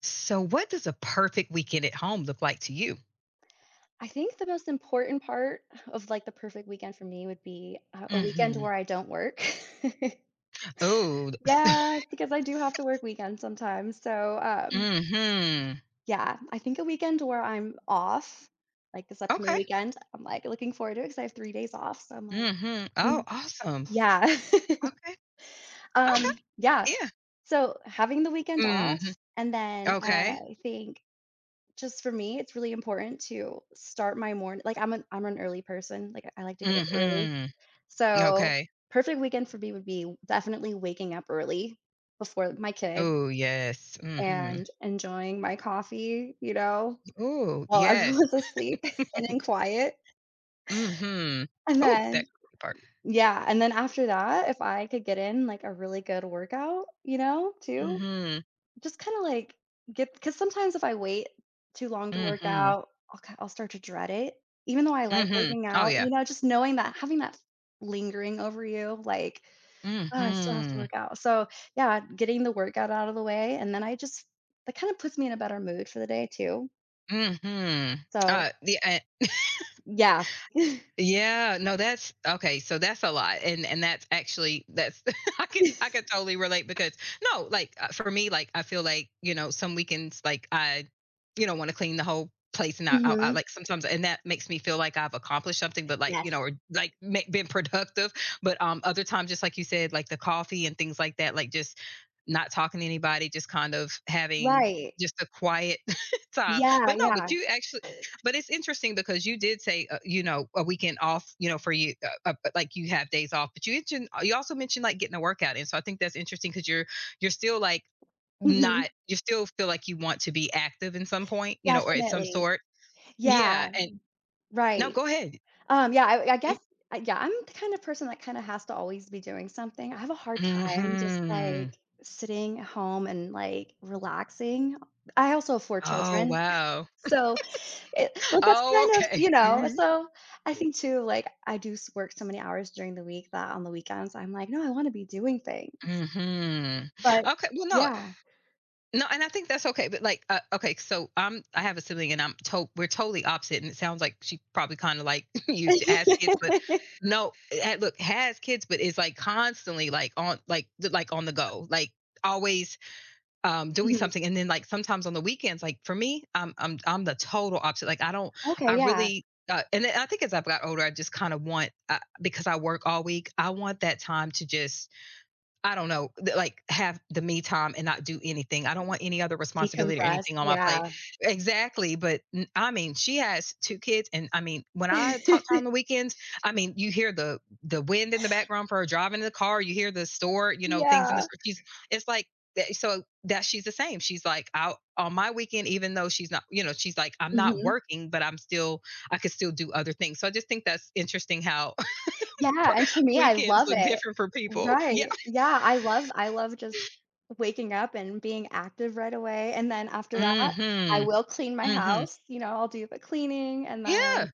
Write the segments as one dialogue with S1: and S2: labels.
S1: So, what does a perfect weekend at home look like to you?
S2: I think the most important part of like the perfect weekend for me would be a weekend
S1: Mhm.
S2: where I don't work.
S1: Oh.
S2: Yeah, because I do have to work weekends sometimes. So,
S1: Mhm.
S2: yeah, I think a weekend where I'm off, like this upcoming
S1: Okay.
S2: weekend, I'm like looking forward to it because I have 3 days off. So I'm like,
S1: Mhm.
S2: mm,
S1: Oh, awesome.
S2: yeah,
S1: Okay. Okay.
S2: yeah.
S1: Yeah.
S2: So having the weekend off,
S1: Mhm.
S2: and then
S1: Okay.
S2: I think just for me, it's really important to start my morning. Like I'm an early person. Like I like to get up early.
S1: Mhm.
S2: So,
S1: Okay.
S2: perfect weekend for me would be definitely waking up early before my kids
S1: Oh yes. Mhm.
S2: and enjoying my coffee,
S1: Ooh,
S2: while
S1: yes.
S2: everyone's asleep and in quiet.
S1: Mhm.
S2: And
S1: Ooh, that
S2: then,
S1: cooking part.
S2: yeah, and then after that, if I could get in like a really good workout, too,
S1: Mhm.
S2: just kind of like get, because sometimes if I wait too long to work
S1: Mhm.
S2: out, I'll start to dread it. Even though I like
S1: Mhm.
S2: working
S1: Oh,
S2: out,
S1: yeah.
S2: you know, just knowing that having that lingering over you, like, oh, I still have to
S1: Mhm.
S2: work out. So, yeah, getting the workout out of the way, and then I just that kind of puts me in a better mood for the day too.
S1: Mhm.
S2: So,
S1: Yeah.
S2: yeah.
S1: Yeah, no, that's okay. So that's a lot, and that's actually, that's I could totally relate, because no, like for me, like I feel like some weekends like I, want to clean the whole place, and I
S2: Mhm.
S1: like sometimes, and that makes me feel like I've accomplished something, but like
S2: Yes.
S1: or like been productive. But other times, just like you said, like the coffee and things like that, like just not talking to anybody, just kind of having
S2: Right.
S1: just a quiet time.
S2: Yeah,
S1: But no, but
S2: yeah.
S1: you actually, but it's interesting because you did say, a weekend off, for you, like you have days off, but you mentioned, you also mentioned like getting a workout in. So I think that's interesting because you're still like
S2: Mhm.
S1: not, you still feel like you want to be active in some point, or at some
S2: Definitely.
S1: sort.
S2: Yeah,
S1: Yeah. And no,
S2: right.
S1: go ahead.
S2: Yeah, I guess I'm the kind of person that kinda has to always be doing something. I have a hard time just,
S1: Hmm.
S2: like, sitting at home and, like, relaxing. I also have 4
S1: Oh
S2: children.
S1: wow.
S2: So, it well, that's
S1: Oh,
S2: kind of,
S1: okay. Hmm.
S2: so I think too, like, I do s work so many hours during the week that on the weekends, I'm like, "No, I wanna be doing things."
S1: Hmm.
S2: But
S1: Okay. Well, no,
S2: yeah.
S1: no, and I think that's okay. But like, okay, so I have a sibling, and we're totally opposite. And it sounds like she probably kind of like you to ask kids, but no, look, has kids, but is like constantly like on like on the go, like always doing
S2: Mhm.
S1: something. And then like sometimes on the weekends, like for me, I'm the total opposite, like I don't,
S2: Okay,
S1: I
S2: yeah.
S1: really and I think as I've got older, I just kind of want, because I work all week. I want that time to just, I don't know, like have the me time and not do anything. I don't want any other responsibility or
S2: Decompress,
S1: anything on my
S2: yeah.
S1: plate. Exactly. But I mean, she has two kids. And I mean, when I talk to her on the weekends, I mean, you hear the wind in the background for her driving in the car. You hear the store, things in the
S2: Yeah.
S1: store. She's, it's like so that she's the same. She's like out on my weekend, even though she's not, she's like, I'm not
S2: Mhm.
S1: working, but I'm still, I could still do other things. So I just think that's interesting how
S2: Yeah, and to me, I
S1: weekends
S2: love
S1: look
S2: it.
S1: different for people.
S2: Right. Yeah, I love just waking up and being active right away, and then after that, I
S1: Mhm,
S2: will clean my
S1: mhm.
S2: house, I'll do the cleaning, and then
S1: Yeah.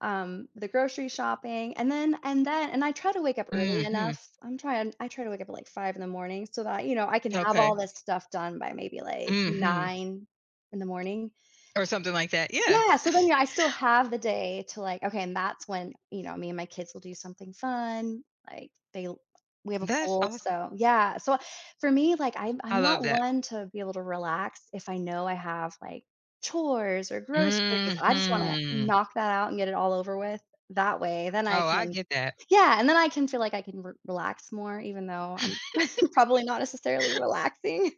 S2: the grocery shopping, and I try to wake up early
S1: Mhm.
S2: enough. I'm trying. I try to wake up at like 5 in the morning so that I can have
S1: Okay.
S2: all this stuff done by maybe like
S1: Mhm.
S2: 9 in the morning.
S1: Or something like that. Yeah.
S2: Yeah, so then, yeah, I still have the day to, like, okay, and that's when, me and my kids will do something fun. Like we have a
S1: That's
S2: pool,
S1: awesome.
S2: so yeah. So for me, like, I'm
S1: I
S2: not
S1: love that.
S2: one to be able to relax if I know I have, like, chores or groceries. I just want to
S1: Mhm.
S2: knock that out and get it all over with. That way, then I
S1: Oh, I
S2: can,
S1: get that.
S2: yeah, and then I can feel like I can relax more, even though I'm probably not necessarily relaxing.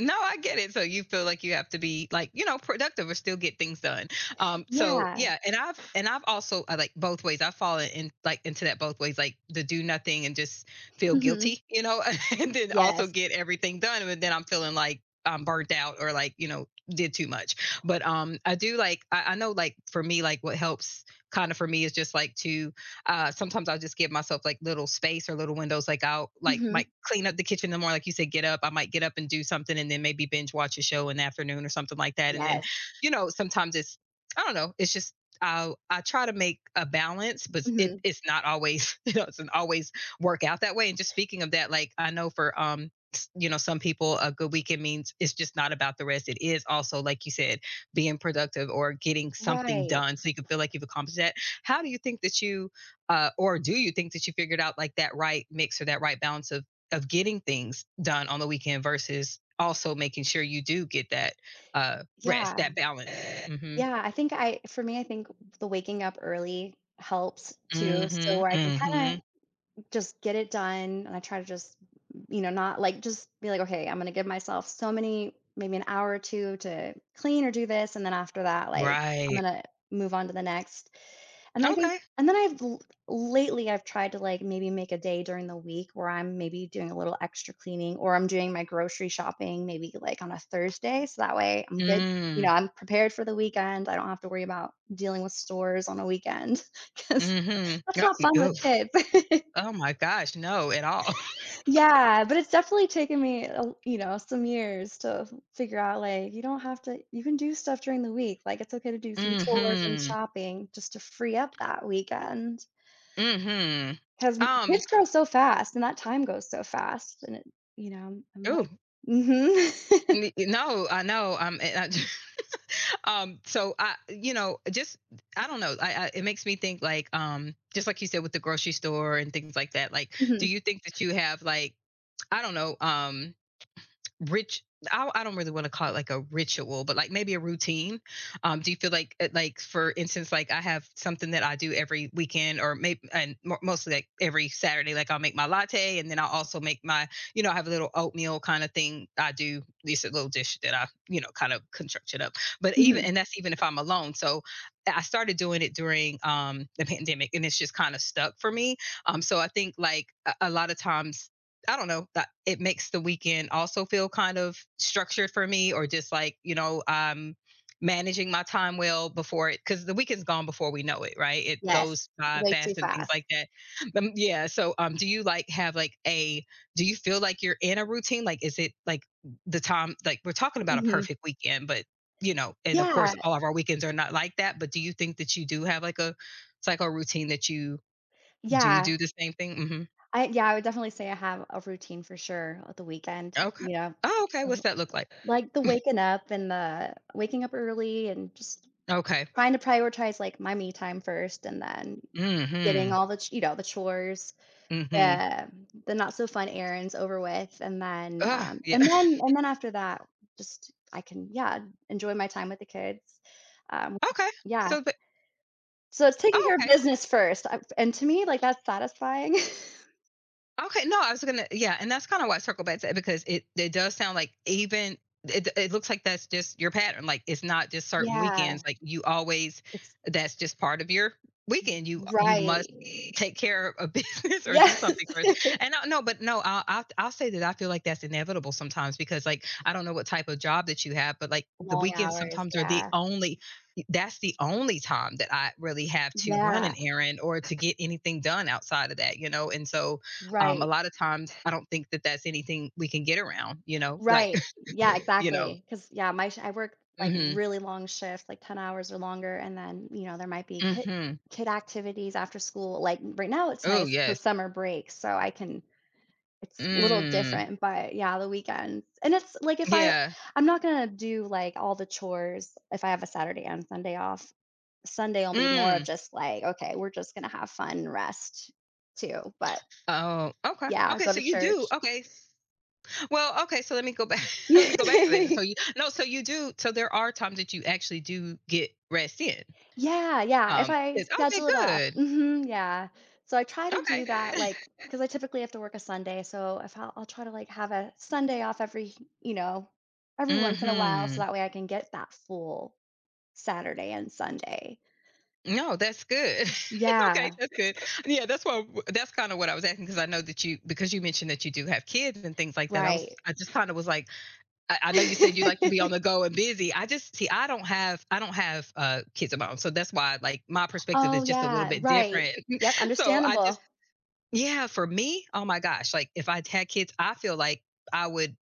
S1: No, I get it. So you feel like you have to be like, productive or still get things done. Um, so
S2: Yeah.
S1: yeah, and I've also I like both ways. I've fallen in like into that both ways, like to do nothing and just feel
S2: Hmm.
S1: guilty, and then also
S2: Yes.
S1: get everything done, but then I'm feeling like I'm burnt out, or like, did too much. But I do like I know, like for me, like what helps kind of for me is just like to, sometimes I'll just give myself like little space or little windows. Like I'll like might
S2: Hmm.
S1: clean up the kitchen in the morning, like you said. Get up. I might get up and do something, and then maybe binge watch a show in the afternoon or something like that. And then,
S2: Yes.
S1: sometimes it's, I don't know, it's just I try to make a balance, but it
S2: Hmm.
S1: it's not always it doesn't always work out that way. And just speaking of that, like I know for some people a good weekend means it's just not about the rest. It is also, like you said, being productive or getting something
S2: Right.
S1: done, so you can feel like you've accomplished that. How do you think that you, or do you think that you figured out like that right mix or that right balance of getting things done on the weekend versus also making sure you do get that rest,
S2: Yeah,
S1: that balance? Mhm.
S2: yeah, I think I for me, I think the waking up early helps too, so
S1: Mhm.
S2: where I can kinda
S1: Mhm.
S2: just get it done, and I try to just, you know, not, like, just be like, "Okay, I'm gonna give myself so many maybe an hour or 2 to clean or do this, and then after that, like, I'm
S1: Right.
S2: gonna move on to the next." And I think,
S1: Okay.
S2: and then I've l lately, I've tried to, like, maybe make a day during the week where I'm maybe doing a little extra cleaning or I'm doing my grocery shopping maybe, like, on a Thursday, so that way I'm good.
S1: Mm.
S2: I'm prepared for the weekend, I don't have to worry about dealing with stores on a weekend because
S1: Mhm.
S2: that's
S1: Yeah,
S2: not fun with
S1: oof.
S2: kids.
S1: Oh my gosh, no, at all.
S2: Yeah, but it's definitely taken me, some years to figure out, like, you don't have to, you can do stuff during the week, like, it's okay to do some chores and
S1: Mhm.
S2: shopping just to free up that weekend.
S1: Mhm.
S2: 'Cause m
S1: um
S2: kids grow so fast, and that time goes so fast, and I'm
S1: oh,
S2: like Mhm.
S1: no, I know. So I, just, I don't know, I it makes me think like, just like you said with the grocery store and things like that, like do
S2: Mhm,
S1: you think that you have like, I don't know, rich I don't really want to call it like a ritual, but like maybe a routine. Do you feel like, like for instance, like I have something that I do every weekend? Or maybe, and mostly like every Saturday, like I'll make my latte and then I'll also make my, I have a little oatmeal kind of thing. I do this little dish that I, kind of construct it up. But even,
S2: mhm,
S1: and that's even if I'm alone. So I started doing it during the pandemic, and it's just kind of stuck for me. So I think like a lot of times, I don't know that it makes the weekend also feel kind of structured for me, or just like, managing my time well before it, because the weekend's gone before we know it, right? It
S2: yes,
S1: goes by
S2: way too
S1: fast and things
S2: fast.
S1: like that. Yeah, so do you like have like a, do you feel like you're in a routine? Like is it like the time, like we're talking about a
S2: Mhm.
S1: perfect weekend, but and of
S2: Yeah,
S1: course all of our weekends are not like that, but do you think that you do have like a, it's like a routine that you do
S2: yeah.
S1: do the same thing? Hmm.
S2: I would definitely say I have a routine for sure at the weekend,
S1: Okay. Oh, okay,
S2: uh,
S1: what's that look like?
S2: like the waking up early and just
S1: Okay.
S2: trying to prioritize, like, my me time first and then getting
S1: Mhm.
S2: all the the
S1: Mhm.
S2: The not so fun errands over with, and then,
S1: Ugh, yeah.
S2: after that, just I can, yeah, enjoy my time with the kids. Um,
S1: Okay.
S2: yeah.
S1: So the
S2: So it's taking
S1: Oh,
S2: care of
S1: okay.
S2: business first, I and to me, like, that's satisfying.
S1: Okay, no, I was gonna, yeah, and that's kind of why I circle back to it, because it does sound like, even it looks like that's just your pattern. Like it's not just certain
S2: Yeah,
S1: weekends. Like you always,
S2: it's
S1: that's just part of your weekend. You must
S2: right.
S1: take care of a business or do
S2: Yes.
S1: something first. And I, no, but no, I'll say that I feel like that's inevitable sometimes, because like I don't know what type of job that you have, but like the
S2: Long
S1: weekends
S2: hours,
S1: sometimes are the
S2: yeah.
S1: only, that's the only time that I really have to run
S2: Yeah,
S1: an errand or to get anything done outside of that, you know? And so a
S2: right.
S1: lot of times, I don't think that that's anything we can get around, you know, like,
S2: Right. Yeah,
S1: you know.
S2: exactly. 'Cause yeah, my sh I work like
S1: Mhm,
S2: really long shifts, like 10 hours or longer, and then, there might be kid
S1: mhm.
S2: kid activities after school. Like right now it's nice
S1: Oh,
S2: nice
S1: yes.
S2: 'cause summer break, so I can it's a little
S1: Mm,
S2: different, but yeah, the weekends. And it's like if I
S1: yeah.
S2: I'm not gonna do, like, all the chores if I have a Saturday and Sunday off. Sunday will be more of
S1: Mm.
S2: just like, okay, we're just gonna have fun and rest too. But
S1: Oh, okay.
S2: yeah,
S1: Okay,
S2: go to
S1: so you do,
S2: church.
S1: okay. Well, okay, so let me go back let me go back to that. So you, no, so you do, so there are times that you actually do get rest in.
S2: Yeah, yeah, if I
S1: It's okay,
S2: schedule it off.
S1: good.
S2: Mhm, yeah. So I try to
S1: Okay.
S2: do that, like, because I typically have to work a Sunday, so if I'll I'll try to, like, have a Sunday off every, you know, every once in a while, so
S1: Mhm.
S2: that way I can get that full Saturday and Sunday.
S1: No, that's good.
S2: Yeah,
S1: Okay, that's good. Yeah, that's what, that's kinda what I was asking, because I know that you, because you mentioned that you do have kids and things like that,
S2: right.
S1: I just kinda was like, I know you said you like to be on the go and busy. I just see, I don't have, kids of my own, so that's why, like, my perspective
S2: Oh,
S1: is just a little
S2: yeah,
S1: bit
S2: right.
S1: different.
S2: Yep,
S1: So I
S2: understandable.
S1: just Yeah, for me, oh my gosh, like, if I had kids, I feel like I would,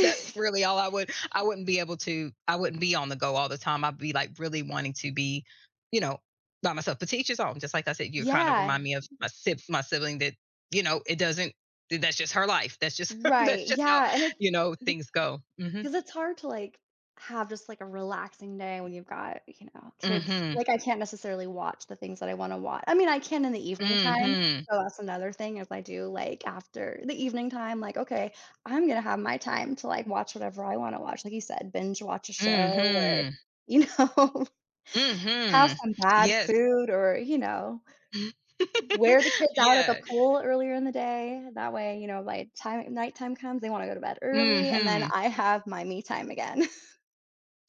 S1: that's really all I would, I wouldn't be able to, I wouldn't be on the go all the time. I'd be, like, really wanting to be, you know, by myself. But teachers home, just like I said, you kind of
S2: Yeah,
S1: remind me of my sibling that, it doesn't that's just her life. That's just that's
S2: right,
S1: just how,
S2: yeah, and it's
S1: things go. Mhm.
S2: 'cause it's hard to, like, have just, like, a relaxing day when you've got, you know, kids.
S1: Mhm.
S2: Like, I can't necessarily watch the things that I wanna watch. I mean, I can in the evening time,
S1: Mhm.
S2: so that's another thing is I do, like, after the evening time, like, "Okay, I'm gonna have my time to, like, watch whatever I wanna watch," like you said, binge watch a show or,
S1: Mhm.
S2: you know, have
S1: Mhm.
S2: some bad
S1: Yes.
S2: food or, wear the kids out at the
S1: Yeah.
S2: pool earlier in the day. That way, by time nighttime comes, they wanna go to bed early, and then
S1: Mhm.
S2: I have my me time again.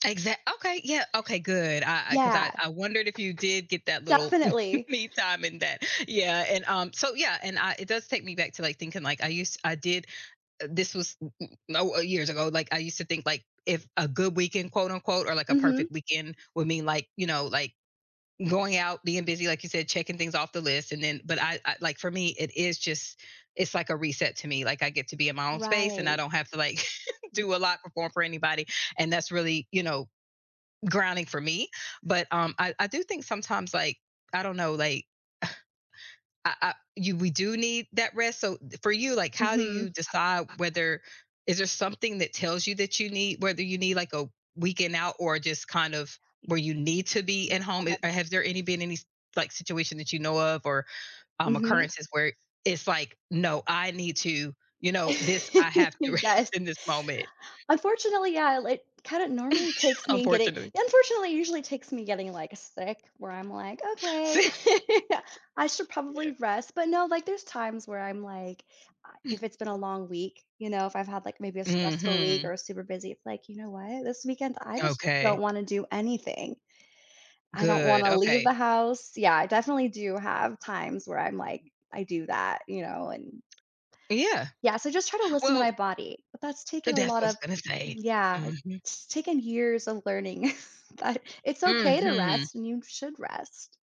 S1: Exact Okay, yeah, okay, good. I because
S2: Yeah,
S1: I 'cause I wondered if you did get that little
S2: definitely.
S1: me time in that yeah, and, so, yeah, and I it does take me back to, like, thinking, like, I did this was no, years ago, like, I used to think, like, if a "good weekend," quote, unquote, or, like, a
S2: Mhm.
S1: perfect weekend would mean, like, like, going out, being busy, like you said, checking things off the list, and then but I like, for me, it is just it's like a reset to me, like, I get to be in my own space, and I
S2: Right.
S1: don't have to, like,
S2: Yeah.
S1: do a lot, perform for anybody, and that's really, grounding for me. But I do think sometimes, like, I don't know, like, I, you we do need that rest. So for you, like, how do
S2: Mhm.
S1: you decide whether is there something that tells you that you need whether you need like a weekend out or just kind of where you need to be at home?
S2: Yeah.
S1: Has there any been any like situation that you know of or
S2: Mhm.
S1: occurrences where it's like, no, I need to, this I have to rest
S2: Yes.
S1: in this moment.
S2: Unfortunately, yeah, it kinda normally takes me getting
S1: Unfortunately.
S2: unfortunately, it usually takes me getting, like, sick where I'm like, "Okay, I should probably rest," but no, like, there's times where I'm like,
S1: Yeah.
S2: if it's been a long week, if I've had, like, maybe a stressful week
S1: Hmm.
S2: or super busy, it's like, "You know what? This weekend, I just don't
S1: Okay.
S2: wanna do anything." I don't
S1: Good,
S2: wanna leave
S1: okay.
S2: the house. Yeah, I definitely do have times where I'm like, I do that, you know, and
S1: Yeah.
S2: yeah, so just try to listen to
S1: Well,
S2: my body, but that's taken a
S1: that's what
S2: lot
S1: I
S2: of
S1: was gonna say.
S2: yeah,
S1: Mhm,
S2: it's taken years of learning that it's okay to
S1: mhm.
S2: rest and you should rest.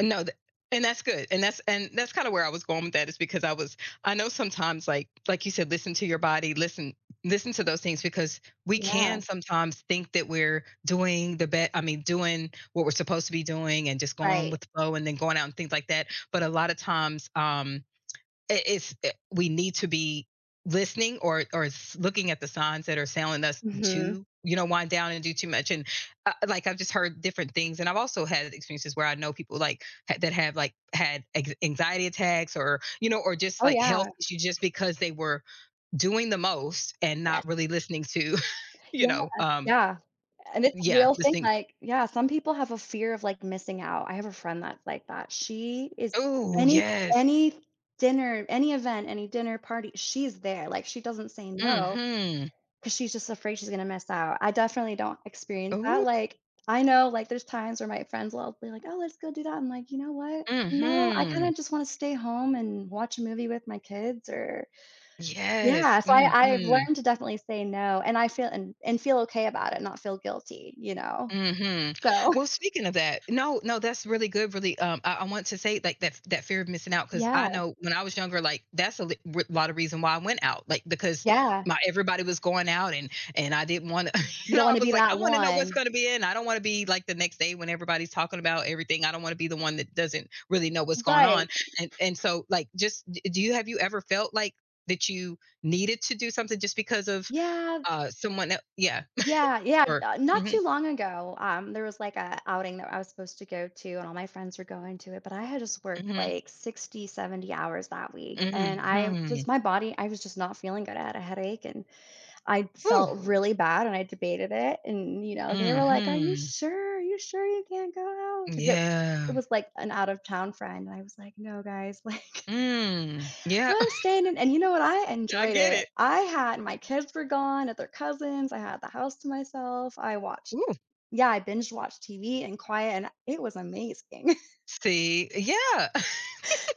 S1: No, th And that's good, and that's kinda where I was going with that is because I was I know sometimes, like you said, listen to your body, listen to those things because we can
S2: Yeah,
S1: sometimes think that we're doing the bet. I mean, doing what we're supposed to be doing and just going
S2: right.
S1: with the flow and then going out and things like that, but a lot of times, we need to be listening or looking at the signs that are telling us
S2: Mhm.
S1: to you know wind down and do too much and like I've just heard different things and I've also had experiences where I know people that have like had anxiety attacks or you know or just
S2: Oh,
S1: like health
S2: yeah,
S1: issues just because they were doing the most and not
S2: rest.
S1: really listening to you know.
S2: Yeah, and it's a
S1: Yeah,
S2: real
S1: this
S2: thing,
S1: thing.
S2: like yeah, some people have a fear of, like, missing out. I have a friend that's like that. She is
S1: Oh,
S2: any
S1: yes.
S2: any dinner, any event, any dinner party, she's there, like, she doesn't say no
S1: Mm-hmm.
S2: because she's just afraid she's gonna miss out. I definitely don't experience that,
S1: Oh.
S2: like, I know, like, there's times where my friends will be like, "Oh, let's go do that." I'm like, "You know what? No, I
S1: Mm-hmm.
S2: kinda just wanna stay home and watch a movie with my kids or." Yeah,
S1: Yes.
S2: so I've
S1: Mm-hmm.
S2: learned to definitely say no, and I feel and feel okay about it, not feel guilty, you know?
S1: Mhm.
S2: So
S1: Well, speaking of that, no, no, that's really good, really, I want to say, like, that that fear of missing out. Because
S2: Yeah,
S1: I know when I was younger, like, that's a li r lot of reason why I went out, like, because
S2: yeah.
S1: my everybody was going out and I didn't wanna
S2: You
S1: you
S2: don't
S1: know, I
S2: wanna be
S1: was like, "I
S2: that
S1: wanna know what's
S2: one.
S1: gonna be in, I don't wanna be, like, the next day when everybody's talking about everything, I don't wanna be the one that doesn't really know what's going on,"
S2: Right.
S1: and so, like, just d do you have you ever felt like that you needed to do something just because of,
S2: Yeah,
S1: someone el yeah,
S2: yeah, yeah.
S1: or
S2: Not
S1: Mhm,
S2: too long ago, there was, like, a outing that I was supposed to go to, and all my friends were going to it, but I had just worked,
S1: mhm.
S2: like, 60, 70 hours that week, and I was
S1: Mhm.
S2: my body, I was just not feeling good. I had a headache, and I felt
S1: Whew.
S2: really bad, and I debated it, and they were like, "Are you
S1: Mhm.
S2: sure? Are you sure you can't go out?" Because it
S1: Yeah.
S2: was like an out of town friend, and I was like, "No, guys, like,
S1: Mm. Yeah.
S2: I'm staying in," and you know what? I
S1: I
S2: enjoyed
S1: get
S2: it.
S1: it.
S2: I had My kids were gone at their cousins, I had the house to myself, I watched
S1: Ooh.
S2: yeah, I binge watched TV and quiet, and it was amazing.
S1: See? Yeah.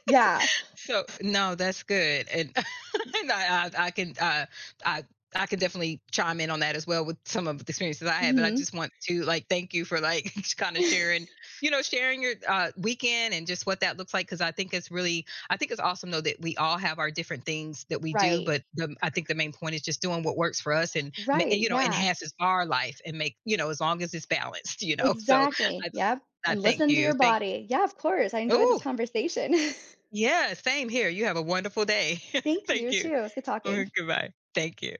S2: Yeah.
S1: So no, that's good, and and I can I I can definitely chime in on that as well with some of the experiences I had. But I
S2: Mhm.
S1: just want to like thank you for like kind of sharing, you know, sharing your weekend and just what that looks like because I think it's awesome though that we all have our different things that we do.
S2: Right.
S1: But I think the main point is just doing what works for us
S2: Right,
S1: and you know
S2: yeah.
S1: enhances our life and make you know as long as it's balanced, you know. So
S2: Exactly,
S1: I
S2: yep,
S1: I
S2: and
S1: thank
S2: listen to your
S1: you. Thank.
S2: body. Yeah, of course, I enjoyed this
S1: Oh,
S2: conversation.
S1: yeah, same here. You have a wonderful day.
S2: Thank
S1: Thank
S2: you
S1: you.
S2: too. It was good talking.
S1: Goodbye. Thank you.